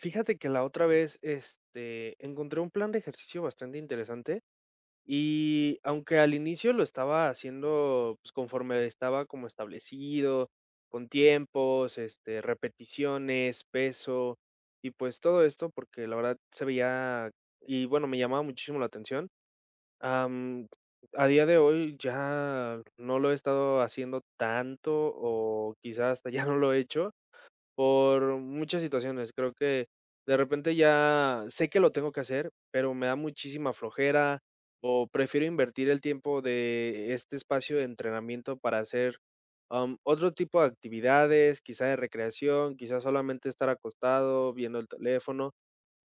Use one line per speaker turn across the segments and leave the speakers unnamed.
Fíjate que la otra vez, encontré un plan de ejercicio bastante interesante y aunque al inicio lo estaba haciendo, pues, conforme estaba como establecido, con tiempos, repeticiones, peso y, pues, todo esto, porque la verdad se veía y bueno, me llamaba muchísimo la atención. am, a día de hoy ya no lo he estado haciendo tanto o quizás hasta ya no lo he hecho, por muchas situaciones. Creo que de repente ya sé que lo tengo que hacer, pero me da muchísima flojera o prefiero invertir el tiempo de este espacio de entrenamiento para hacer otro tipo de actividades, quizá de recreación, quizá solamente estar acostado viendo el teléfono.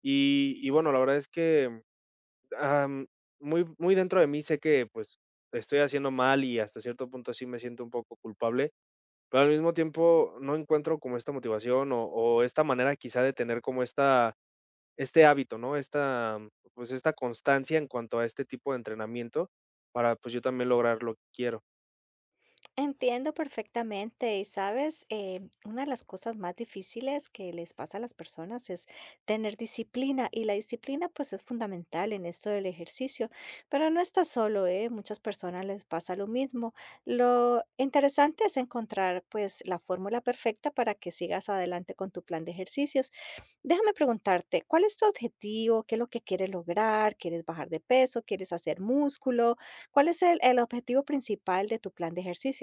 Y bueno, la verdad es que, am, muy, muy dentro de mí sé que pues estoy haciendo mal y hasta cierto punto sí me siento un poco culpable, pero al mismo tiempo no encuentro como esta motivación o esta manera quizá de tener como esta, este hábito, ¿no? Esta, pues, esta constancia en cuanto a este tipo de entrenamiento para, pues, yo también lograr lo que quiero.
Entiendo perfectamente y sabes, una de las cosas más difíciles que les pasa a las personas es tener disciplina, y la disciplina pues es fundamental en esto del ejercicio, pero no está solo, ¿eh? Muchas personas les pasa lo mismo. Lo interesante es encontrar pues la fórmula perfecta para que sigas adelante con tu plan de ejercicios. Déjame preguntarte, ¿cuál es tu objetivo? ¿Qué es lo que quieres lograr? ¿Quieres bajar de peso? ¿Quieres hacer músculo? ¿Cuál es el objetivo principal de tu plan de ejercicio?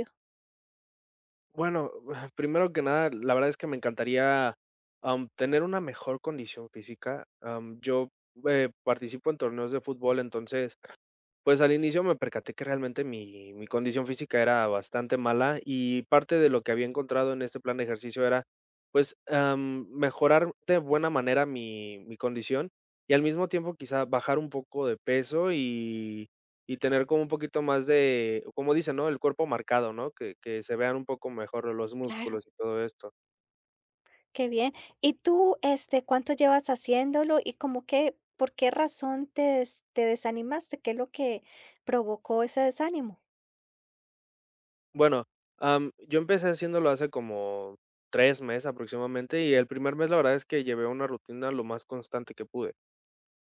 Bueno, primero que nada, la verdad es que me encantaría, tener una mejor condición física. Yo, participo en torneos de fútbol, entonces, pues, al inicio me percaté que realmente mi condición física era bastante mala, y parte de lo que había encontrado en este plan de ejercicio era, pues, mejorar de buena manera mi condición, y al mismo tiempo, quizá bajar un poco de peso y tener como un poquito más de, como dicen, ¿no?, el cuerpo marcado, ¿no?, que se vean un poco mejor los
Claro,
músculos y todo esto.
qué bien. ¿Y tú, este, cuánto llevas haciéndolo y como que por qué razón te, te desanimaste? ¿Qué es lo que provocó ese desánimo?
Bueno, yo empecé haciéndolo hace como 3 meses aproximadamente, y el primer mes, la verdad es que llevé una rutina lo más constante que pude.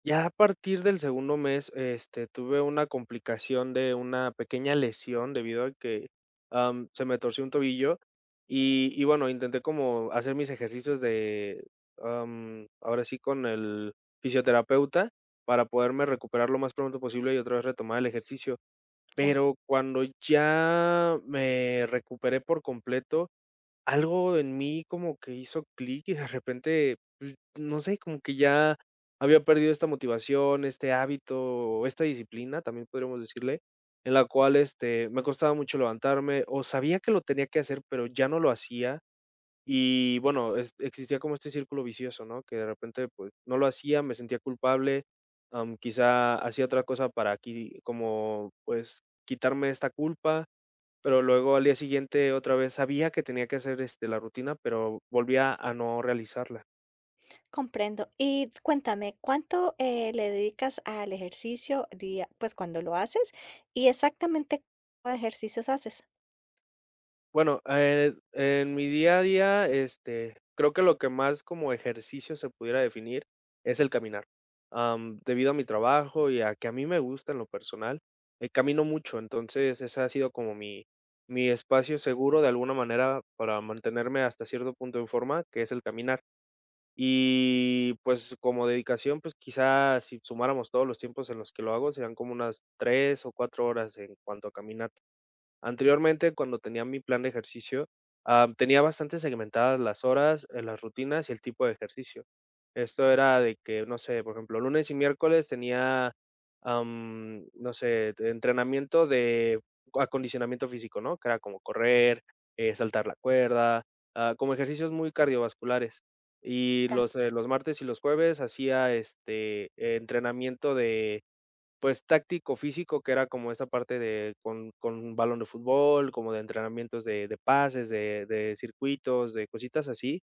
Ya a partir del segundo mes, tuve una complicación de una pequeña lesión debido a que, se me torció un tobillo y bueno, intenté como hacer mis ejercicios de, ahora sí, con el fisioterapeuta para poderme recuperar lo más pronto posible y otra vez retomar el ejercicio.
Ya,
Pero cuando ya me recuperé por completo, algo en mí como que hizo clic y de repente, pues, no sé, como que ya había perdido esta motivación, este hábito, esta disciplina, también podríamos decirle, en la cual, me costaba mucho levantarme, o sabía que lo tenía que hacer, pero ya no lo hacía. Y bueno, es existía como este círculo vicioso, ¿no? Que de repente, pues, no lo hacía, me sentía culpable, quizá hacía otra cosa para aquí como, pues, quitarme esta culpa. Pero luego al día siguiente otra vez sabía que tenía que hacer, la rutina, pero volvía a no realizarla.
comprendo. Y cuéntame, ¿cuánto, le dedicas al ejercicio día, pues cuando lo haces y exactamente cuántos ejercicios haces?
Bueno, en mi día a día, creo que lo que más como ejercicio se pudiera definir es el caminar. Debido a mi trabajo y a que a mí me gusta en lo personal, camino mucho, entonces ese ha sido como mi espacio seguro de alguna manera para mantenerme hasta cierto punto en forma, que es el caminar. Y, pues, como dedicación, pues, quizá si sumáramos todos los tiempos en los que lo hago, serían como unas 3 o 4 horas en cuanto a caminata. Anteriormente, cuando tenía mi plan de ejercicio, tenía bastante segmentadas las horas, las rutinas y el tipo de ejercicio. Esto era de que, no sé, por ejemplo, lunes y miércoles tenía, no sé, de entrenamiento de acondicionamiento físico, ¿no? Que era como correr, saltar la cuerda, como ejercicios muy cardiovasculares. Y los martes y los jueves hacía este entrenamiento pues, táctico físico, que era como esta parte de con un balón de fútbol, como de entrenamientos de pases, de circuitos, de cositas así.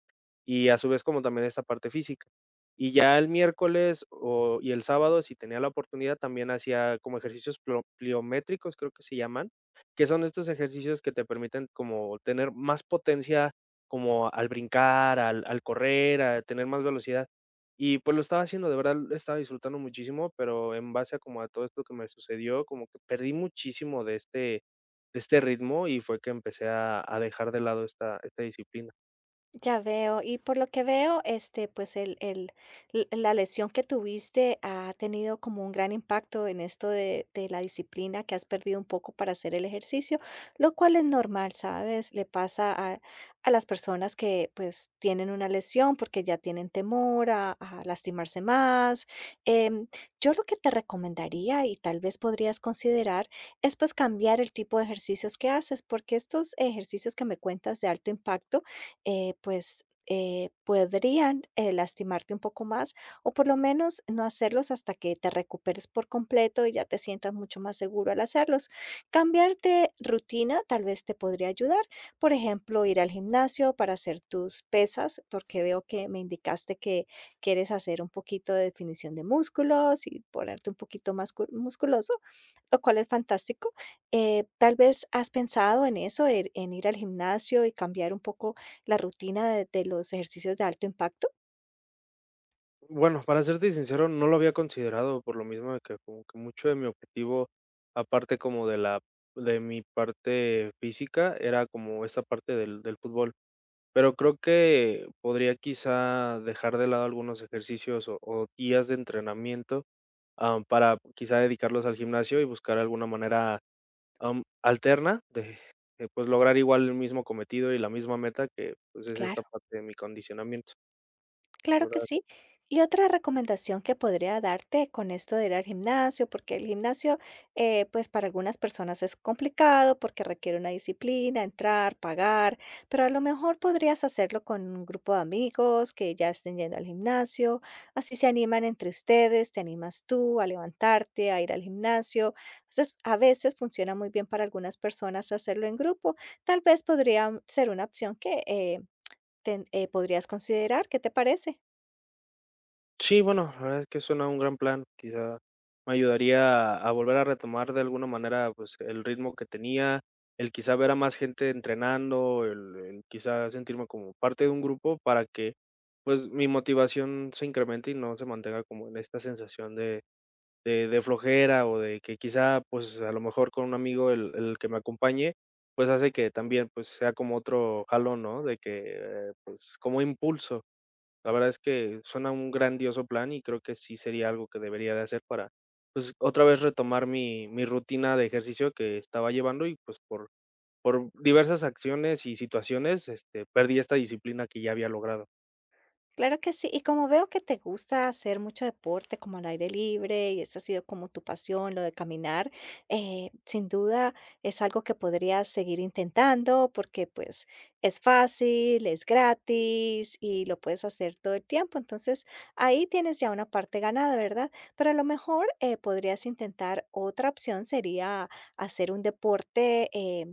Y a su vez, como también esta parte física. Y ya el miércoles, o el sábado, si tenía la oportunidad, también hacía como ejercicios pliométricos, creo que se llaman, que son estos ejercicios que te permiten como tener más potencia, como al brincar, al correr, a tener más velocidad. Y, pues, lo estaba haciendo, de verdad, lo estaba disfrutando muchísimo, pero en base a como a todo esto que me sucedió, como que perdí muchísimo de este ritmo, y fue que empecé a dejar de lado esta disciplina.
Ya veo. Y por lo que veo, este, pues la lesión que tuviste ha tenido como un gran impacto en esto de la disciplina que has perdido un poco para hacer el ejercicio, lo cual es normal, ¿sabes? Le pasa a las personas que pues tienen una lesión porque ya tienen temor a lastimarse más. Em, yo lo que te recomendaría y tal vez podrías considerar es pues cambiar el tipo de ejercicios que haces, porque estos ejercicios que me cuentas de alto impacto, pues, podrían, lastimarte un poco más, o por lo menos no hacerlos hasta que te recuperes por completo y ya te sientas mucho más seguro al hacerlos. Cambiar de rutina tal vez te podría ayudar, por ejemplo, ir al gimnasio para hacer tus pesas, porque veo que me indicaste que quieres hacer un poquito de definición de músculos y ponerte un poquito más musculoso. Lo cual es fantástico. Tal vez has pensado en eso, en ir al gimnasio y cambiar un poco la rutina de los ejercicios de alto impacto.
Bueno, para serte sincero, no lo había considerado por lo mismo de que como que mucho de mi objetivo, aparte como de la, de mi parte física, era como esta parte del fútbol. Pero creo que podría quizá dejar de lado algunos ejercicios o días de entrenamiento, para quizá dedicarlos al gimnasio y buscar alguna manera, alterna de, pues, lograr igual el mismo cometido y la misma meta que, pues, es esta
Claro.
parte de mi condicionamiento.
Claro que sí. Y otra recomendación que podría darte con esto de ir al gimnasio, porque el gimnasio, pues para algunas personas es complicado porque requiere una disciplina, entrar, pagar, pero a lo mejor podrías hacerlo con un grupo de amigos que ya estén yendo al gimnasio, así se animan entre ustedes, te animas tú a levantarte, a ir al gimnasio. Entonces, a veces funciona muy bien para algunas personas hacerlo en grupo. Tal vez podría ser una opción que podrías considerar. ¿Qué te parece?
Sí, bueno, la verdad es que suena un gran plan. Quizá me ayudaría a volver a retomar de alguna manera, pues, el ritmo que tenía, el quizá ver a más gente entrenando, el quizá sentirme como parte de un grupo para que, pues, mi motivación se incremente y no se mantenga como en esta sensación de flojera o de que quizá, pues, a lo mejor con un amigo el que me acompañe, pues, hace que también, pues, sea como otro jalón, ¿no? De que, pues, como impulso. La verdad es que suena un grandioso plan y creo que sí sería algo que debería de hacer para, pues, otra vez retomar mi rutina de ejercicio que estaba llevando y, pues, por diversas acciones y situaciones, perdí esta disciplina que ya había logrado.
Claro que sí, y como veo que te gusta hacer mucho deporte como al aire libre y esa ha sido como tu pasión, lo de caminar, sin duda es algo que podrías seguir intentando, porque pues es fácil, es gratis y lo puedes hacer todo el tiempo. Entonces ahí tienes ya una parte ganada, ¿verdad? Pero a lo mejor, podrías intentar otra opción, sería hacer un deporte.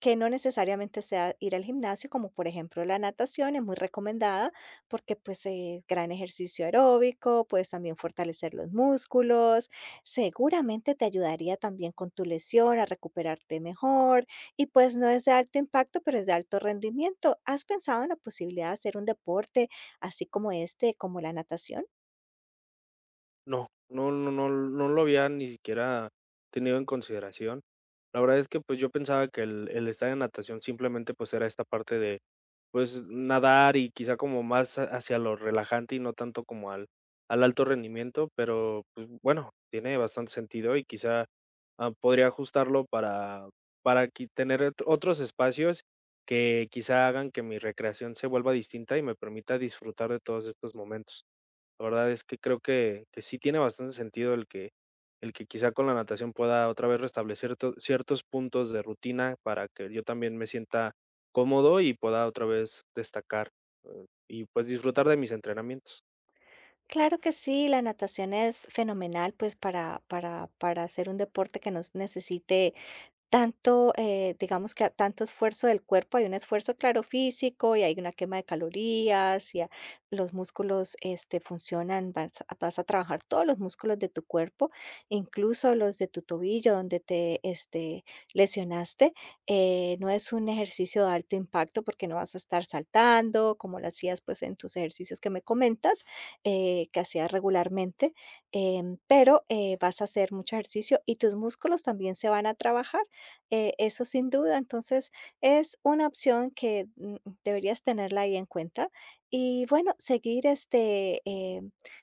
Que no necesariamente sea ir al gimnasio, como por ejemplo la natación, es muy recomendada, porque pues es gran ejercicio aeróbico, puedes también fortalecer los músculos, seguramente te ayudaría también con tu lesión a recuperarte mejor, y pues no es de alto impacto, pero es de alto rendimiento. ¿Has pensado en la posibilidad de hacer un deporte así como este, como la natación?
No, no, no, no, no lo había ni siquiera tenido en consideración. La verdad es que, pues, yo pensaba que el estar en natación simplemente, pues, era esta parte de, pues, nadar y quizá como más hacia lo relajante y no tanto como al alto rendimiento, pero, pues, bueno, tiene bastante sentido y quizá, podría ajustarlo para qui tener ot otros espacios que quizá hagan que mi recreación se vuelva distinta y me permita disfrutar de todos estos momentos. La verdad es que creo que sí tiene bastante sentido el que quizá con la natación pueda otra vez restablecer to ciertos puntos de rutina para que yo también me sienta cómodo y pueda otra vez destacar, y pues disfrutar de mis entrenamientos.
Claro que sí, la natación es fenomenal, pues, para hacer un deporte que nos necesite tanto, digamos que a tanto esfuerzo del cuerpo, hay un esfuerzo, claro, físico y hay una quema de calorías y los músculos este, funcionan, vas a trabajar todos los músculos de tu cuerpo, incluso los de tu tobillo donde te este, lesionaste. No es un ejercicio de alto impacto porque no vas a estar saltando como lo hacías pues en tus ejercicios que me comentas, que hacías regularmente, pero vas a hacer mucho ejercicio y tus músculos también se van a trabajar. Eso sin duda, entonces es una opción que deberías tenerla ahí en cuenta. Y bueno, seguir este,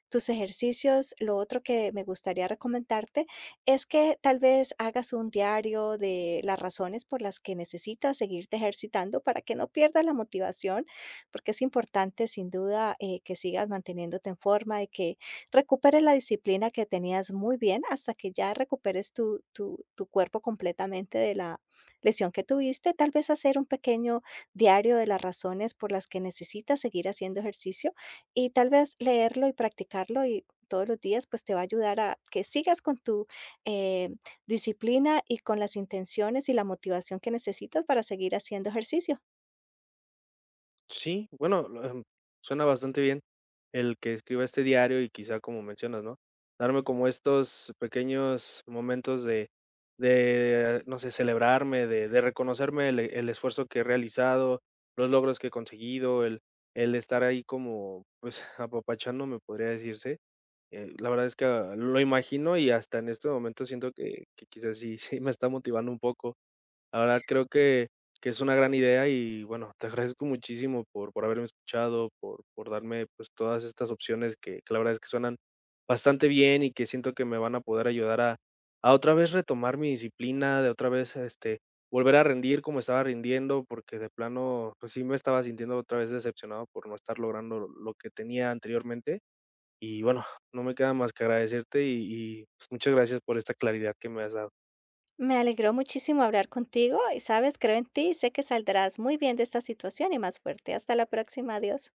tus ejercicios. Lo otro que me gustaría recomendarte es que tal vez hagas un diario de las razones por las que necesitas seguirte ejercitando para que no pierdas la motivación, porque es importante sin duda, que sigas manteniéndote en forma y que recuperes la disciplina que tenías muy bien hasta que ya recuperes tu, tu, tu cuerpo completamente de la lesión que tuviste. Tal vez hacer un pequeño diario de las razones por las que necesitas seguir haciendo ejercicio y tal vez leerlo y practicarlo y todos los días pues te va a ayudar a que sigas con tu eh, disciplina y con las intenciones y la motivación que necesitas para seguir haciendo ejercicio.
Sí, bueno, lo, suena bastante bien el que escriba este diario y quizá como mencionas, ¿no? Darme como estos pequeños momentos de no sé, celebrarme, de reconocerme el esfuerzo que he realizado, los logros que he conseguido, el estar ahí como, pues, apapachándome, podría decirse. La verdad es que lo imagino y hasta en este momento siento que quizás sí, sí me está motivando un poco. La verdad creo que es una gran idea y, bueno, te agradezco muchísimo por haberme escuchado, por darme, pues, todas estas opciones que la verdad es que suenan bastante bien y que siento que me van a poder ayudar a otra vez retomar mi disciplina, de otra vez, volver a rendir como estaba rindiendo, porque de plano, pues, sí me estaba sintiendo otra vez decepcionado por no estar logrando lo que tenía anteriormente. Y bueno, no me queda más que agradecerte, pues, muchas gracias por esta claridad que me has dado.
Me alegró muchísimo hablar contigo y sabes, creo en ti y sé que saldrás muy bien de esta situación y más fuerte. Hasta la próxima, adiós.